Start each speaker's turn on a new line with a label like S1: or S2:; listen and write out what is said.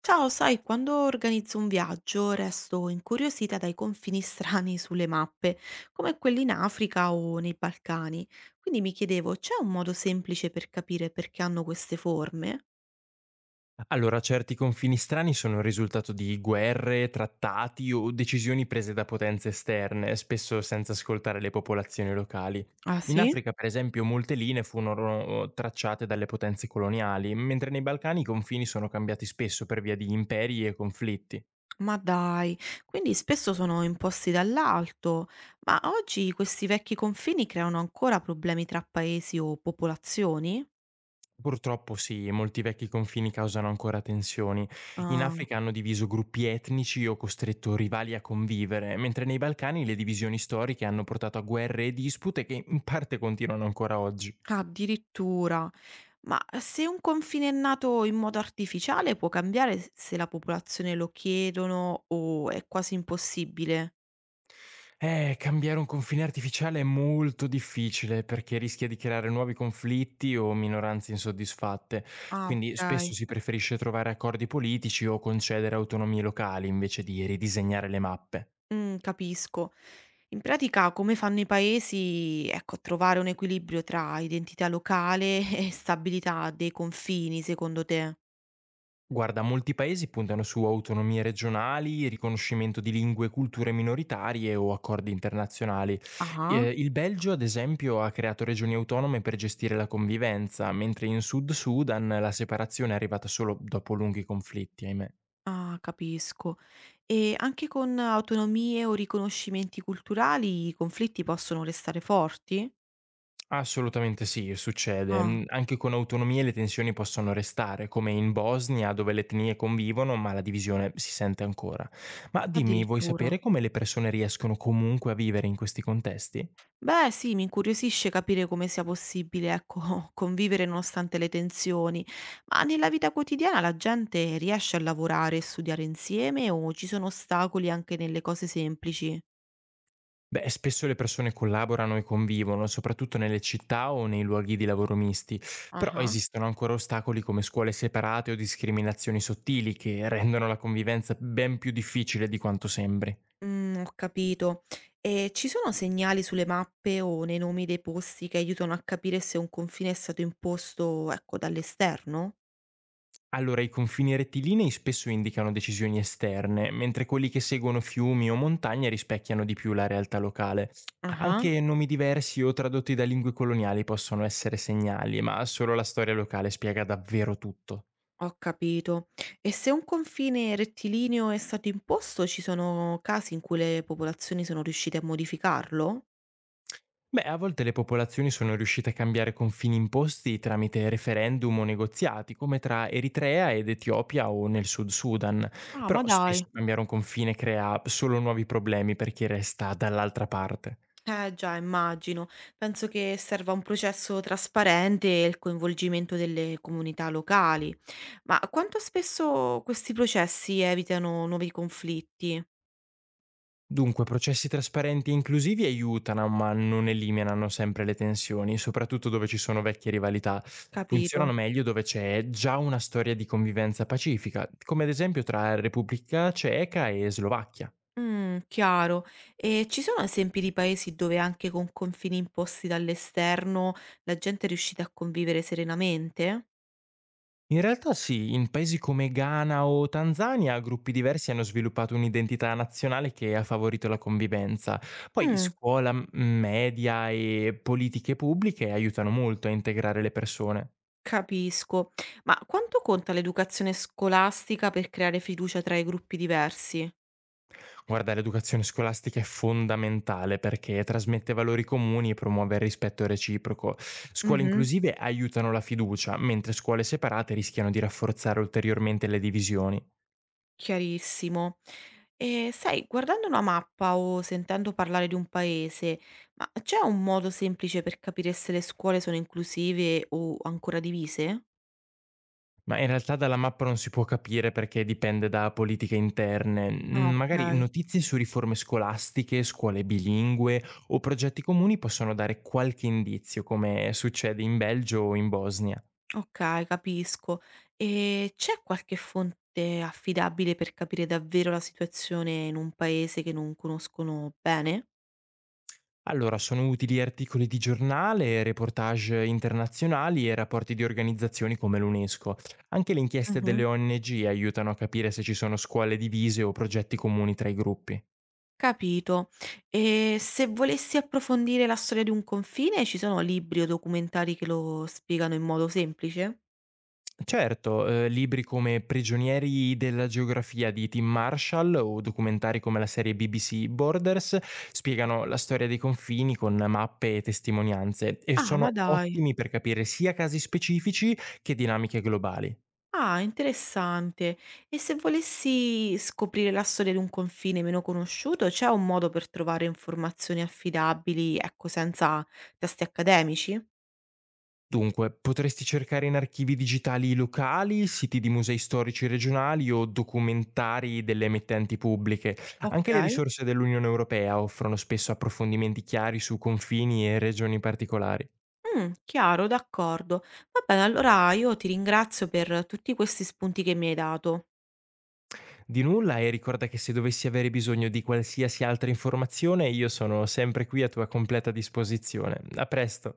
S1: Ciao, sai, quando organizzo un viaggio resto incuriosita dai confini strani sulle mappe, come quelli in Africa o nei Balcani. Quindi mi chiedevo, c'è un modo semplice per capire perché hanno queste forme?
S2: Allora, certi confini strani sono il risultato di guerre, trattati o decisioni prese da potenze esterne, spesso senza ascoltare le popolazioni locali.
S1: Ah,
S2: In
S1: sì?
S2: Africa, per esempio, molte linee furono tracciate dalle potenze coloniali, mentre nei Balcani i confini sono cambiati spesso per via di imperi e conflitti.
S1: Ma dai, quindi spesso sono imposti dall'alto, ma oggi questi vecchi confini creano ancora problemi tra paesi o popolazioni?
S2: Purtroppo sì, e molti vecchi confini causano ancora tensioni. In
S1: Ah,
S2: Africa hanno diviso gruppi etnici o costretto rivali a convivere, mentre nei Balcani le divisioni storiche hanno portato a guerre e dispute che in parte continuano ancora oggi.
S1: addirittura. Ma se un confine è nato in modo artificiale può cambiare se la popolazione lo chiedono o è quasi impossibile?
S2: Cambiare un confine artificiale è molto difficile perché rischia di creare nuovi conflitti o minoranze insoddisfatte,
S1: Ah,
S2: quindi
S1: ok.
S2: spesso si preferisce trovare accordi politici o concedere autonomie locali invece di ridisegnare le mappe.
S1: Mm, capisco. In pratica, come fanno i paesi, ecco, a trovare un equilibrio tra identità locale e stabilità dei confini, secondo te?
S2: Guarda, molti paesi puntano su autonomie regionali, riconoscimento di lingue e culture minoritarie o accordi internazionali.
S1: Ah,
S2: Il Belgio, ad esempio, ha creato regioni autonome per gestire la convivenza, mentre in Sud Sudan la separazione è arrivata solo dopo lunghi conflitti, ahimè.
S1: ah, capisco. E anche con autonomie o riconoscimenti culturali i conflitti possono restare forti?
S2: Assolutamente sì, succede.
S1: Ah,
S2: Anche con autonomie le tensioni possono restare, come in Bosnia, dove le etnie convivono, ma la divisione si sente ancora. Ma dimmi, vuoi
S1: addirittura.
S2: sapere come le persone riescono comunque a vivere in questi contesti?
S1: Beh, sì, mi incuriosisce capire come sia possibile, ecco, convivere nonostante le tensioni, ma nella vita quotidiana la gente riesce a lavorare e studiare insieme o ci sono ostacoli anche nelle cose semplici?
S2: Beh, spesso le persone collaborano e convivono, soprattutto nelle città o nei luoghi di lavoro misti, però
S1: Ah,
S2: esistono ancora ostacoli come scuole separate o discriminazioni sottili che rendono la convivenza ben più difficile di quanto sembri.
S1: mm, ho capito. E ci sono segnali sulle mappe o nei nomi dei posti che aiutano a capire se un confine è stato imposto, ecco, dall'esterno?
S2: Allora, i confini rettilinei spesso indicano decisioni esterne, mentre quelli che seguono fiumi o montagne rispecchiano di più la realtà locale.
S1: Ah.
S2: Anche nomi diversi o tradotti da lingue coloniali possono essere segnali, ma solo la storia locale spiega davvero tutto.
S1: Ho capito. E se un confine rettilineo è stato imposto, ci sono casi in cui le popolazioni sono riuscite a modificarlo?
S2: Beh, a volte le popolazioni sono riuscite a cambiare confini imposti tramite referendum o negoziati, come tra Eritrea ed Etiopia o nel Sud Sudan,
S1: Ah, ma
S2: però
S1: dai.
S2: spesso cambiare un confine crea solo nuovi problemi per chi resta dall'altra parte.
S1: Eh già, immagino. Penso che serva un processo trasparente e il coinvolgimento delle comunità locali. Ma quanto spesso questi processi evitano nuovi conflitti?
S2: Dunque, processi trasparenti e inclusivi aiutano, ma non eliminano sempre le tensioni, soprattutto dove ci sono vecchie rivalità. Funzionano
S1: Capito.
S2: meglio dove c'è già una storia di convivenza pacifica, come ad esempio tra Repubblica Ceca e Slovacchia.
S1: Mm, chiaro. E ci sono esempi di paesi dove anche con confini imposti dall'esterno la gente è riuscita a convivere serenamente?
S2: In realtà sì, in paesi come Ghana o Tanzania gruppi diversi hanno sviluppato un'identità nazionale che ha favorito la convivenza. Poi
S1: Mh,
S2: scuola, media e politiche pubbliche aiutano molto a integrare le persone.
S1: capisco. Ma quanto conta l'educazione scolastica per creare fiducia tra i gruppi diversi?
S2: Guarda, l'educazione scolastica è fondamentale perché trasmette valori comuni e promuove il rispetto reciproco. Scuole
S1: Mh-mh,
S2: inclusive aiutano la fiducia, mentre scuole separate rischiano di rafforzare ulteriormente le divisioni.
S1: chiarissimo. E sai, guardando una mappa o sentendo parlare di un paese, ma c'è un modo semplice per capire se le scuole sono inclusive o ancora divise?
S2: Ma in realtà dalla mappa non si può capire perché dipende da politiche interne.
S1: Ah,
S2: Magari
S1: okay.
S2: notizie su riforme scolastiche, scuole bilingue o progetti comuni possono dare qualche indizio, come succede in Belgio o in Bosnia.
S1: Okay, capisco. E c'è qualche fonte affidabile per capire davvero la situazione in un paese che non conoscono bene?
S2: Allora, sono utili articoli di giornale, reportage internazionali e rapporti di organizzazioni come l'UNESCO. Anche le inchieste
S1: Mh-mh.
S2: delle ONG aiutano a capire se ci sono scuole divise o progetti comuni tra i gruppi.
S1: Capito. E se volessi approfondire la storia di un confine, ci sono libri o documentari che lo spiegano in modo semplice?
S2: Certo, libri come Prigionieri della geografia di Tim Marshall o documentari come la serie BBC Borders spiegano la storia dei confini con mappe e testimonianze e
S1: Ah, ma
S2: sono
S1: dai.
S2: ottimi per capire sia casi specifici che dinamiche globali.
S1: Ah, interessante. E se volessi scoprire la storia di un confine meno conosciuto, c'è un modo per trovare informazioni affidabili, ecco, senza testi accademici?
S2: Dunque, potresti cercare in archivi digitali locali, siti di musei storici regionali o documentari delle emittenti pubbliche.
S1: Ok.
S2: Anche le risorse dell'Unione Europea offrono spesso approfondimenti chiari su confini e regioni particolari.
S1: Mm, chiaro, d'accordo. Va bene, allora io ti ringrazio per tutti questi spunti che mi hai dato.
S2: Di nulla e ricorda che se dovessi avere bisogno di qualsiasi altra informazione io sono sempre qui a tua completa disposizione. A presto.